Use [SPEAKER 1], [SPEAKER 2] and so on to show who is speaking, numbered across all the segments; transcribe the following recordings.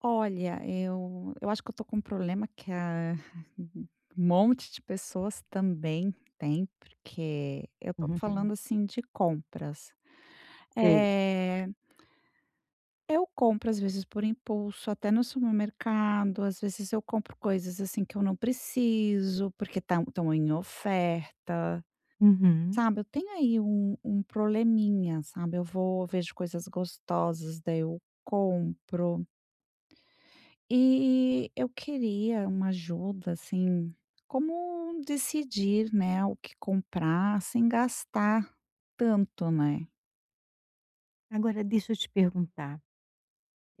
[SPEAKER 1] Olha, eu acho que eu tô com um problema que a um monte de pessoas também tem, porque eu tô
[SPEAKER 2] Uhum,
[SPEAKER 1] falando, assim, de compras.
[SPEAKER 2] sei.
[SPEAKER 1] Eh, eu compro, às vezes, por impulso, até no supermercado, às vezes eu compro coisas, assim, que eu não preciso, porque estão em oferta,
[SPEAKER 2] Uhum.
[SPEAKER 1] sabe. Eu tenho aí um probleminha, sabe. Eu vou, vejo coisas gostosas, daí eu compro. E eu queria uma ajuda, assim, como decidir, né, o que comprar sem gastar tanto, né?
[SPEAKER 2] Agora deixa eu te perguntar,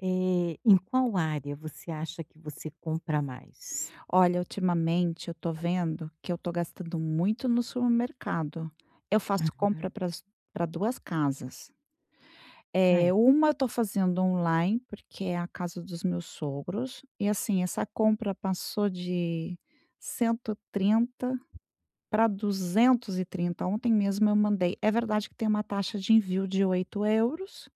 [SPEAKER 2] em qual área você acha que você compra mais?
[SPEAKER 1] Olha, ultimamente eu tô vendo que eu tô gastando muito no supermercado. Eu faço compra
[SPEAKER 2] Aham.
[SPEAKER 1] para duas casas.
[SPEAKER 2] Aí,
[SPEAKER 1] É, uma eu tô fazendo online, porque é a casa dos meus sogros, e assim, essa compra passou de 130 para 230. Ontem mesmo eu mandei. É verdade que tem uma taxa de envio de € 8,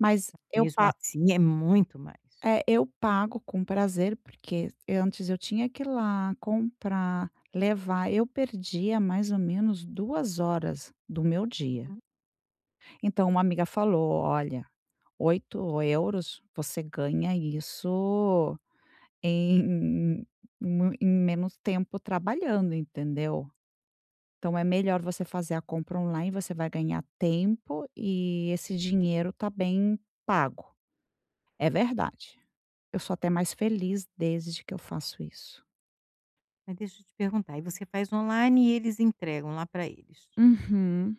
[SPEAKER 1] mas eu
[SPEAKER 2] mesmo
[SPEAKER 1] pa
[SPEAKER 2] assim é muito mais.
[SPEAKER 1] é, eu pago com prazer, porque antes eu tinha que ir lá comprar, levar. Eu perdia mais ou menos 2 horas do meu dia.
[SPEAKER 2] Uhum.
[SPEAKER 1] Então uma amiga falou: "Olha, € 8 você ganha isso em mu em menos tempo trabalhando", entendeu? Então é melhor você fazer a compra online, você vai ganhar tempo e esse dinheiro tá bem pago. É verdade. Eu sou até mais feliz desde que eu faço isso.
[SPEAKER 2] Mas deixa eu te perguntar, aí você faz online e eles entregam lá para eles?
[SPEAKER 1] Uhum.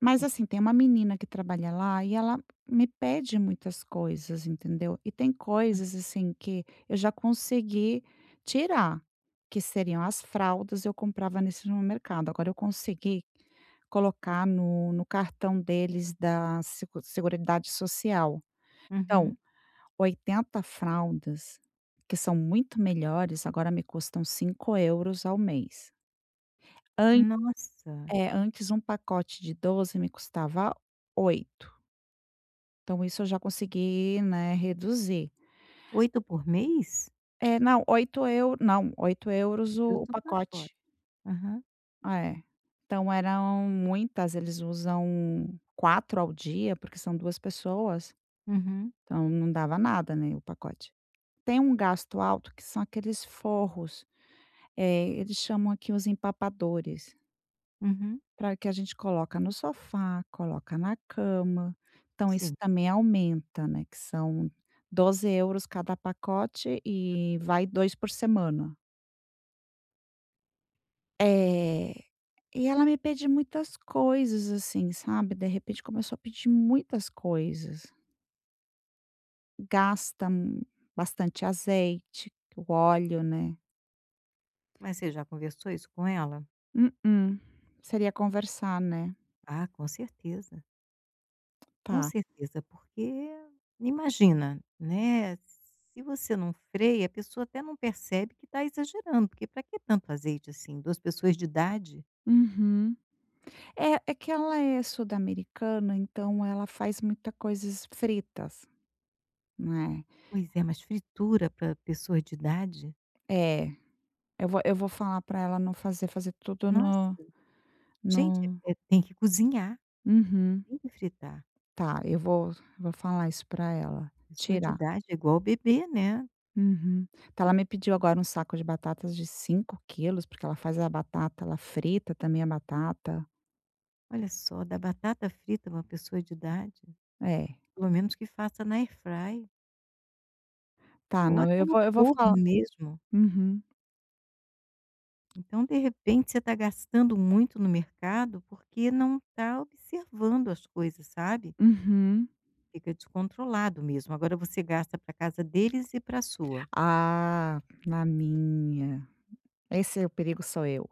[SPEAKER 1] Mas
[SPEAKER 2] O
[SPEAKER 1] assim, tem uma menina que trabalha lá e ela me pede muitas coisas, entendeu? E tem coisas assim que eu já consegui tirar, que seriam as fraldas, eu comprava nesse no mercado. Agora eu consegui colocar no cartão deles da Seguridade Social. Então,
[SPEAKER 2] uhum.
[SPEAKER 1] 80 fraldas, que são muito melhores, agora me custam € 5 ao mês. An-
[SPEAKER 2] Nossa,
[SPEAKER 1] antes, um pacote de 12 me custava 8. Então isso eu já consegui, né, reduzir.
[SPEAKER 2] 8 por mês?
[SPEAKER 1] É, não, 8 eu não, € 8
[SPEAKER 2] Deus
[SPEAKER 1] o
[SPEAKER 2] do pacote.
[SPEAKER 1] pacote.
[SPEAKER 2] Aham.
[SPEAKER 1] Ah, é. Então eram muitas, eles usam 4 ao dia, porque são 2 pessoas,
[SPEAKER 2] Uhum,
[SPEAKER 1] então não dava nada, né, o pacote. Tem um gasto alto que são aqueles forros, é, eles chamam aqui os empapadores.
[SPEAKER 2] uhum,
[SPEAKER 1] Para que a gente coloca no sofá, coloca na cama, então isso
[SPEAKER 2] sim.
[SPEAKER 1] também aumenta, né, que são € 12 cada pacote e vai 2 por semana. É, e ela me pede muitas coisas, assim, sabe, de repente começou a pedir muitas coisas. Gasta bastante azeite, o óleo, né.
[SPEAKER 2] Mas você já conversou isso com ela?
[SPEAKER 1] Mm-mm, seria conversar, né.
[SPEAKER 2] Ah, com certeza. Com
[SPEAKER 1] Tá.
[SPEAKER 2] certeza, porque imagina, né, se você não freia, a pessoa até não percebe que está exagerando, porque para que tanto azeite assim? Duas pessoas de idade?
[SPEAKER 1] Uhum. É, é que ela é sul-americana, então ela faz muita coisas fritas, né.
[SPEAKER 2] Pois é, mas fritura para pessoa de idade?
[SPEAKER 1] É, eu vou falar para ela não fazer, fazer tudo no
[SPEAKER 2] Nossa, gente,
[SPEAKER 1] no
[SPEAKER 2] tem que cozinhar,
[SPEAKER 1] uhum.
[SPEAKER 2] tem que fritar.
[SPEAKER 1] Tá, eu vou falar isso para ela,
[SPEAKER 2] Pessoa de
[SPEAKER 1] tirar.
[SPEAKER 2] idade é igual bebê, né.
[SPEAKER 1] Uhum. Tá, ela me pediu agora um saco de batatas de 5 quilos, porque ela faz a batata, ela frita também a batata.
[SPEAKER 2] Olha só, dar batata frita para uma pessoa de idade,
[SPEAKER 1] É.
[SPEAKER 2] pelo menos que faça na airfry
[SPEAKER 1] Tá,
[SPEAKER 2] ou
[SPEAKER 1] não,
[SPEAKER 2] até
[SPEAKER 1] eu
[SPEAKER 2] no
[SPEAKER 1] vou eu vou
[SPEAKER 2] forno
[SPEAKER 1] falar.
[SPEAKER 2] mesmo.
[SPEAKER 1] Uhum,
[SPEAKER 2] Então, de repente, você está gastando muito no mercado porque não está observando as coisas, sabe?
[SPEAKER 1] uhum.
[SPEAKER 2] Fica descontrolado mesmo. Agora você gasta para casa deles e para a sua.
[SPEAKER 1] Ah, na minha. Esse é o perigo sou eu.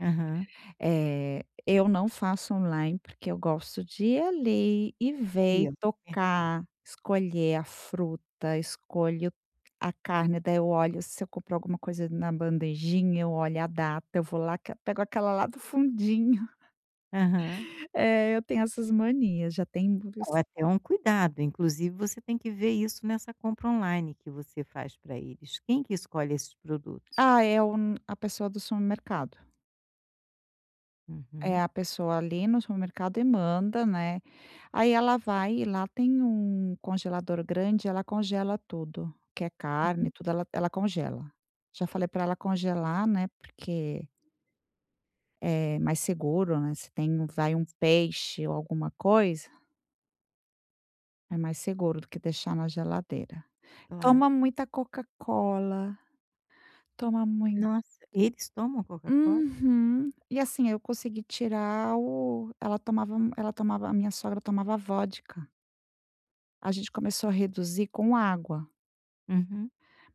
[SPEAKER 2] Aham.
[SPEAKER 1] Eu não faço online, porque eu gosto de ir ali e ver e
[SPEAKER 2] Dia no mercado.
[SPEAKER 1] tocar, escolher a fruta, escolho a carne, daí eu olho se eu comprar alguma coisa na bandejinha, eu olho a data, eu vou lá, que pego aquela lá do fundinho.
[SPEAKER 2] Aham.
[SPEAKER 1] Eu tenho essas manias, já tem.
[SPEAKER 2] Não, é até um cuidado. Inclusive, você tem que ver isso nessa compra online que você faz para eles. Quem que escolhe esses produtos?
[SPEAKER 1] Ah, é, o a pessoa do supermercado. É
[SPEAKER 2] Uhum.
[SPEAKER 1] a pessoa ali no supermercado e manda, né. Aí ela vai e lá tem um congelador grande, ela congela tudo, que é carne,
[SPEAKER 2] Uhum.
[SPEAKER 1] tudo ela congela. Já falei para ela congelar, né, porque é mais seguro, né, se tem vai um peixe ou alguma coisa, é mais seguro do que deixar na geladeira.
[SPEAKER 2] Claro.
[SPEAKER 1] Toma muita Coca-Cola, toma muito.
[SPEAKER 2] Nossa, eles tomam Coca-Cola?
[SPEAKER 1] Uhum. E assim, eu consegui tirar o, ela tomava a minha sogra tomava vodka. A gente começou a reduzir com água.
[SPEAKER 2] Uhum.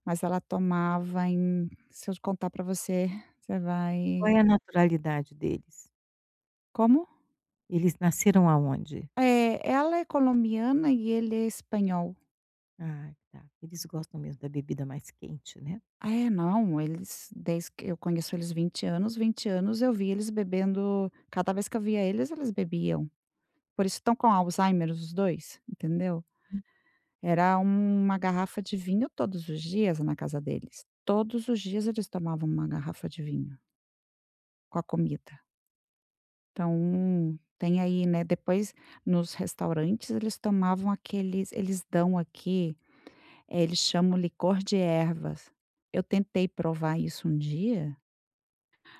[SPEAKER 1] Mas ela tomava em, se eu contar para você, você
[SPEAKER 2] Qual
[SPEAKER 1] vai.
[SPEAKER 2] é a naturalidade deles?
[SPEAKER 1] Como?
[SPEAKER 2] Eles nasceram aonde?
[SPEAKER 1] É, ela é colombiana e ele é espanhol.
[SPEAKER 2] Ah, tá. Eles gostam mesmo da bebida mais quente, né.
[SPEAKER 1] Ah, é, não, eles desde que eu conheço eles 20 anos, 20 anos eu vi eles bebendo cada vez que eu via eles, eles bebiam. Por isso estão com Alzheimer os 2, entendeu. Era uma garrafa de vinho todos os dias na casa deles. Todos os dias eles tomavam uma garrafa de vinho, com a comida. Então, tem aí, né, depois nos restaurantes eles tomavam aqueles eles dão aqui, eles chamam licor de ervas. Eu tentei provar isso um dia,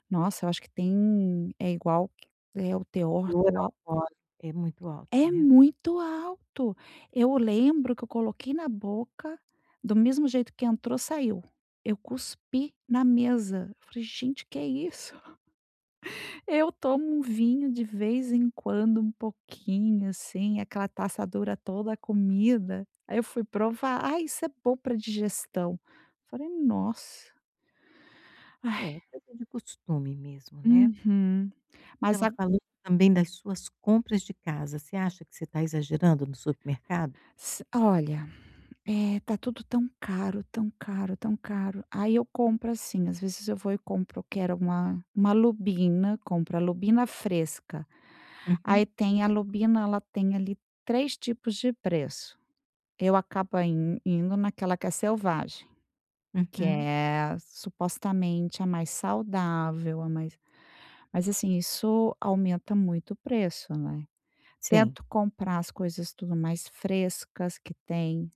[SPEAKER 1] nossa, eu acho que tem é igual que é o teor
[SPEAKER 2] Teor
[SPEAKER 1] do al
[SPEAKER 2] alcoólico. É muito alto,
[SPEAKER 1] é
[SPEAKER 2] né.
[SPEAKER 1] muito alto. Eu lembro que eu coloquei na boca, do mesmo jeito que entrou, saiu. Eu cuspi na mesa. Eu falei: "Gente, que é isso?" Eu tomo um vinho de vez em quando, um pouquinho, assim, aquela taçadura toda a comida. Aí eu fui provar: "Ah, isso é bom para digestão". Falei: "Nossa". Ai.
[SPEAKER 2] É, coisa de costume mesmo, né.
[SPEAKER 1] Uhum. Mas
[SPEAKER 2] Estava
[SPEAKER 1] a
[SPEAKER 2] falando também das suas compras de casa, você acha que você está exagerando no supermercado?
[SPEAKER 1] s olha, tá tudo tão caro, tão caro, tão caro. Aí eu compro, assim, às vezes eu vou e compro eu quero uma lubina, compro a lubina fresca.
[SPEAKER 2] Uhum,
[SPEAKER 1] Aí tem a lubina, ela tem ali 3 tipos de preço. Eu acabo in indo naquela que é selvagem, que
[SPEAKER 2] uhum.
[SPEAKER 1] é supostamente a mais saudável, a mais, mas assim, isso aumenta muito o preço, né.
[SPEAKER 2] Sim.
[SPEAKER 1] Tento comprar as coisas tudo mais frescas que tem.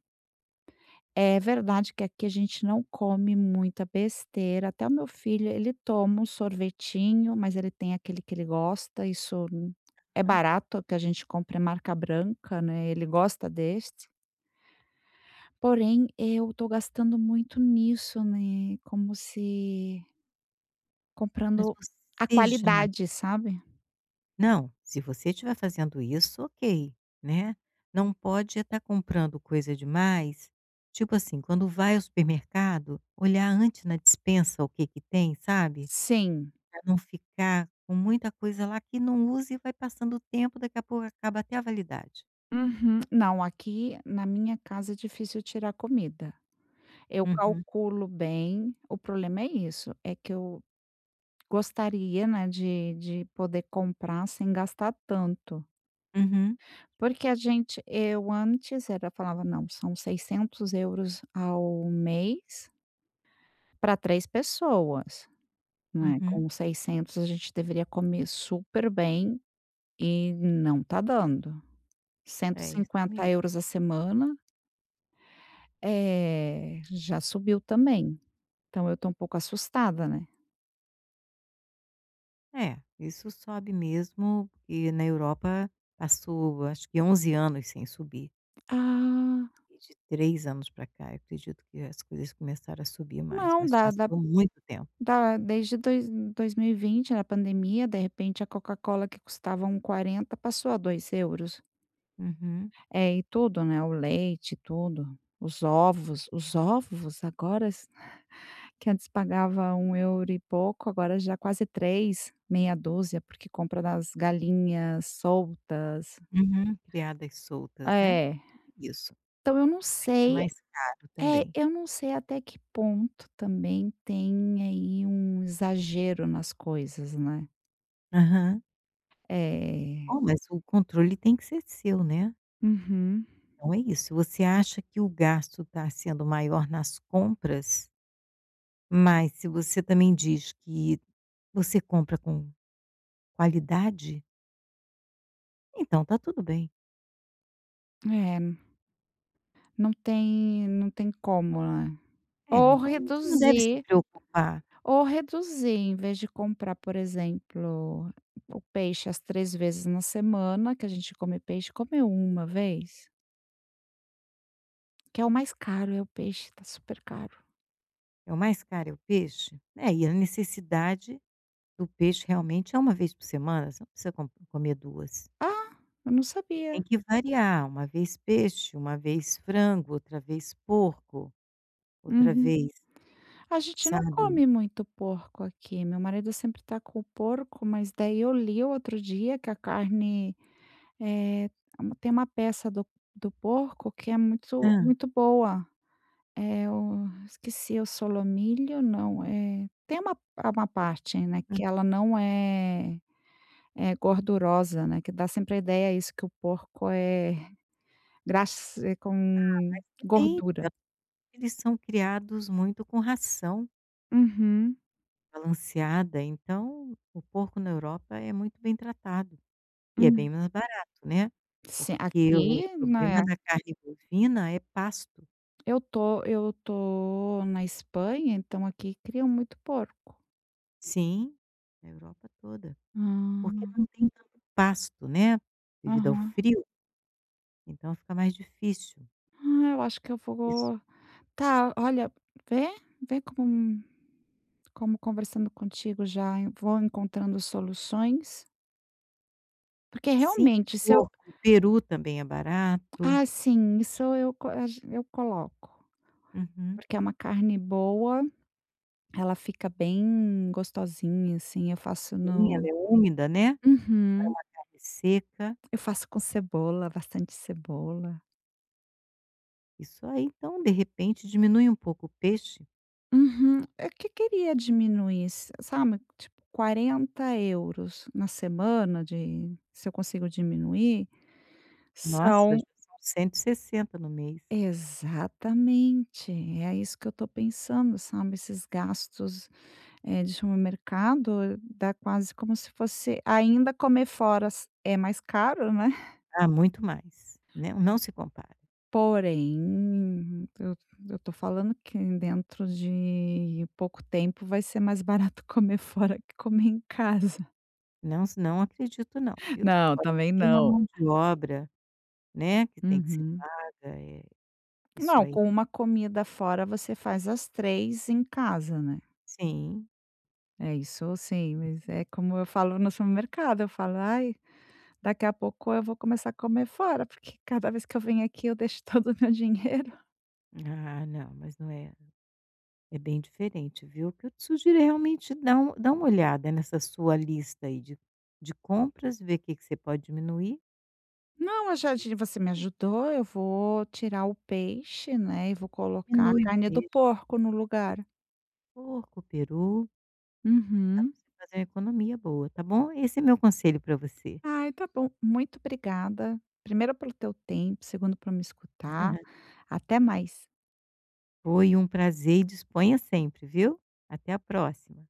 [SPEAKER 1] É verdade que aqui a gente não come muita besteira, até o meu filho, ele toma um sorvetinho, mas ele tem aquele que ele gosta, isso é
[SPEAKER 2] Hã.
[SPEAKER 1] barato, que a gente compra é marca branca, né, ele gosta deste. Porém, eu tô gastando muito nisso, né, como se
[SPEAKER 2] Mas
[SPEAKER 1] comprando a
[SPEAKER 2] você já
[SPEAKER 1] qualidade, sabe.
[SPEAKER 2] Não, se você estiver fazendo isso, ok, né. Não pode é estar comprando coisa demais, tipo assim, quando vai ao supermercado, olhar antes na despensa o que que tem, sabe.
[SPEAKER 1] Sim.
[SPEAKER 2] Pra não ficar com muita coisa lá que não use e vai passando o tempo, daqui a pouco acaba até a validade.
[SPEAKER 1] Uhum. Não, aqui na minha casa é difícil tirar comida. Eu
[SPEAKER 2] Uhum,
[SPEAKER 1] calculo bem, o problema é isso, é que eu gostaria, né, de poder comprar sem gastar tanto.
[SPEAKER 2] uhum,
[SPEAKER 1] Porque a gente eu antes era falava: "Não, são € 600 ao mês para 3 pessoas". Não é,
[SPEAKER 2] uhum.
[SPEAKER 1] com 600 a gente deveria comer super bem e não tá dando. cento e
[SPEAKER 2] É isso
[SPEAKER 1] cinquenta
[SPEAKER 2] mesmo.
[SPEAKER 1] euros a semana, já subiu também. Então eu tô um pouco assustada, né.
[SPEAKER 2] É, isso sobe mesmo, porque na Europa passou acho que 11 anos sem subir.
[SPEAKER 1] Ah,
[SPEAKER 2] E de 3 anos para cá, eu acredito que as coisas começaram a subir mais,
[SPEAKER 1] não,
[SPEAKER 2] mas passou muito tempo.
[SPEAKER 1] dá desde dois 2020, na pandemia, de repente a Coca-Cola que custava 1,40 passou a € 2.
[SPEAKER 2] Uhum,
[SPEAKER 1] É, e tudo, né, o leite, tudo, os ovos agora. Que antes pagava 1 euro e pouco, agora já quase 3 meia dúzia, porque compra das galinhas soltas.
[SPEAKER 2] uhum. Criadas soltas, né.
[SPEAKER 1] É,
[SPEAKER 2] Isso,
[SPEAKER 1] então
[SPEAKER 2] aí é mais caro também.
[SPEAKER 1] eu não sei até que ponto também tem aí um exagero nas coisas, né.
[SPEAKER 2] Aham.
[SPEAKER 1] É.
[SPEAKER 2] Bom, mas o controle tem que ser seu, né.
[SPEAKER 1] Uhum.
[SPEAKER 2] Então é isso. Se você acha que o gasto está sendo maior nas compras, mas se você também diz que você compra com qualidade, então está tudo bem.
[SPEAKER 1] É, não tem como, né.
[SPEAKER 2] É,
[SPEAKER 1] Ou
[SPEAKER 2] então você não deve se
[SPEAKER 1] reduzir
[SPEAKER 2] preocupar,
[SPEAKER 1] Ou reduzir, em vez de comprar, por exemplo, o peixe as 3 vezes na semana, que a gente come peixe, come uma vez, que é o mais caro, é o peixe, tá super caro.
[SPEAKER 2] é o mais caro é o peixe, né, e a necessidade do peixe realmente é uma vez por semana, você não precisa comer 2.
[SPEAKER 1] Ah, eu não
[SPEAKER 2] Você tem
[SPEAKER 1] sabia.
[SPEAKER 2] que variar, uma vez peixe, uma vez frango, outra vez porco, outra
[SPEAKER 1] Uhum.
[SPEAKER 2] vez,
[SPEAKER 1] A gente não
[SPEAKER 2] sabe?
[SPEAKER 1] come muito porco aqui, meu marido sempre tá com o porco, mas daí eu li outro dia que a carne, eh, tem uma peça do porco que é muito
[SPEAKER 2] Hã,
[SPEAKER 1] muito boa. É o esqueci, o solomilho não, é tem uma parte, né,
[SPEAKER 2] hã.
[SPEAKER 1] que ela não é, é gordurosa, né, que dá sempre a ideia isso que o porco é graxa é com
[SPEAKER 2] Depen
[SPEAKER 1] gordura.
[SPEAKER 2] Eles são criados muito com ração
[SPEAKER 1] Uhum,
[SPEAKER 2] balanceada, então o porco na Europa é muito bem tratado e é bem
[SPEAKER 1] hum.
[SPEAKER 2] mais barato, né,
[SPEAKER 1] Sim,
[SPEAKER 2] porque o
[SPEAKER 1] aqui,
[SPEAKER 2] problema
[SPEAKER 1] né,
[SPEAKER 2] da carne bovina é pasto.
[SPEAKER 1] eu tô na Espanha, então aqui criam muito porco.
[SPEAKER 2] Sim, na Europa toda, porque
[SPEAKER 1] Ah,
[SPEAKER 2] não tem tanto pasto, né, devido ao
[SPEAKER 1] aham.
[SPEAKER 2] frio, então fica mais difícil.
[SPEAKER 1] Ah, eu acho que eu
[SPEAKER 2] Isso.
[SPEAKER 1] vou. Tá, olha, vê vê como conversando contigo já eu vou encontrando soluções, porque
[SPEAKER 2] Sim,
[SPEAKER 1] realmente se eu,
[SPEAKER 2] porco, peru também é barato.
[SPEAKER 1] ah, sim, isso eu co a gen- eu coloco,
[SPEAKER 2] Uhum.
[SPEAKER 1] porque é uma carne boa, ela fica bem gostosinha, assim, eu faço
[SPEAKER 2] Sim, ela
[SPEAKER 1] no.
[SPEAKER 2] é úmida, né, não é
[SPEAKER 1] Uhum,
[SPEAKER 2] uma carne seca.
[SPEAKER 1] eu faço com cebola, bastante cebola.
[SPEAKER 2] Isso aí, então, de repente, diminui um pouco o peixe.
[SPEAKER 1] Uhum, é que queria diminuir, s sabe, tipo € 40 na semana de, se eu consigo diminuir,
[SPEAKER 2] Nossa,
[SPEAKER 1] são.
[SPEAKER 2] já são 160 no mês.
[SPEAKER 1] Exatamente, é isso que eu estou pensando, sabe, esses gastos, de supermercado dá quase como se fosse ainda comer fora, s é mais caro, né,
[SPEAKER 2] Ah, muito mais. Não, não se compara.
[SPEAKER 1] porém, eu estou falando que dentro de pouco tempo vai ser mais barato comer fora que comer em casa.
[SPEAKER 2] Não, s não acredito não, viu.
[SPEAKER 1] Não,
[SPEAKER 2] Fora que
[SPEAKER 1] também
[SPEAKER 2] tem uma
[SPEAKER 1] não.
[SPEAKER 2] mão de obra, né, que tem que ser
[SPEAKER 1] Uhum.
[SPEAKER 2] paga, isso
[SPEAKER 1] Não,
[SPEAKER 2] aí
[SPEAKER 1] com uma comida fora você faz as 3 em casa, né.
[SPEAKER 2] sim.
[SPEAKER 1] É, isso sim, mas é como eu falo no supermercado, eu falo: "Ai, daqui a pouco eu vou começar a comer fora, porque cada vez que eu venho aqui eu deixo todo o meu dinheiro".
[SPEAKER 2] Ah, não, mas não é é bem diferente, viu. O que eu te sugiro é realmente dar uma olhada nessa sua lista aí de compras, ver o que que você pode diminuir.
[SPEAKER 1] "Não, eu já ti você me ajudou, eu vou tirar o peixe, né, e vou colocar a
[SPEAKER 2] Diminui o
[SPEAKER 1] carne do
[SPEAKER 2] peixe,
[SPEAKER 1] porco no lugar".
[SPEAKER 2] porco, peru. Dá pra
[SPEAKER 1] "Uhum".
[SPEAKER 2] você fazer uma economia boa, tá bom? Esse é meu conselho para você.
[SPEAKER 1] "Ai, tá bom, muito obrigada, primeiro pelo teu tempo, segundo por me escutar. Até mais".
[SPEAKER 2] Foi um prazer e disponha sempre, viu? Até a próxima.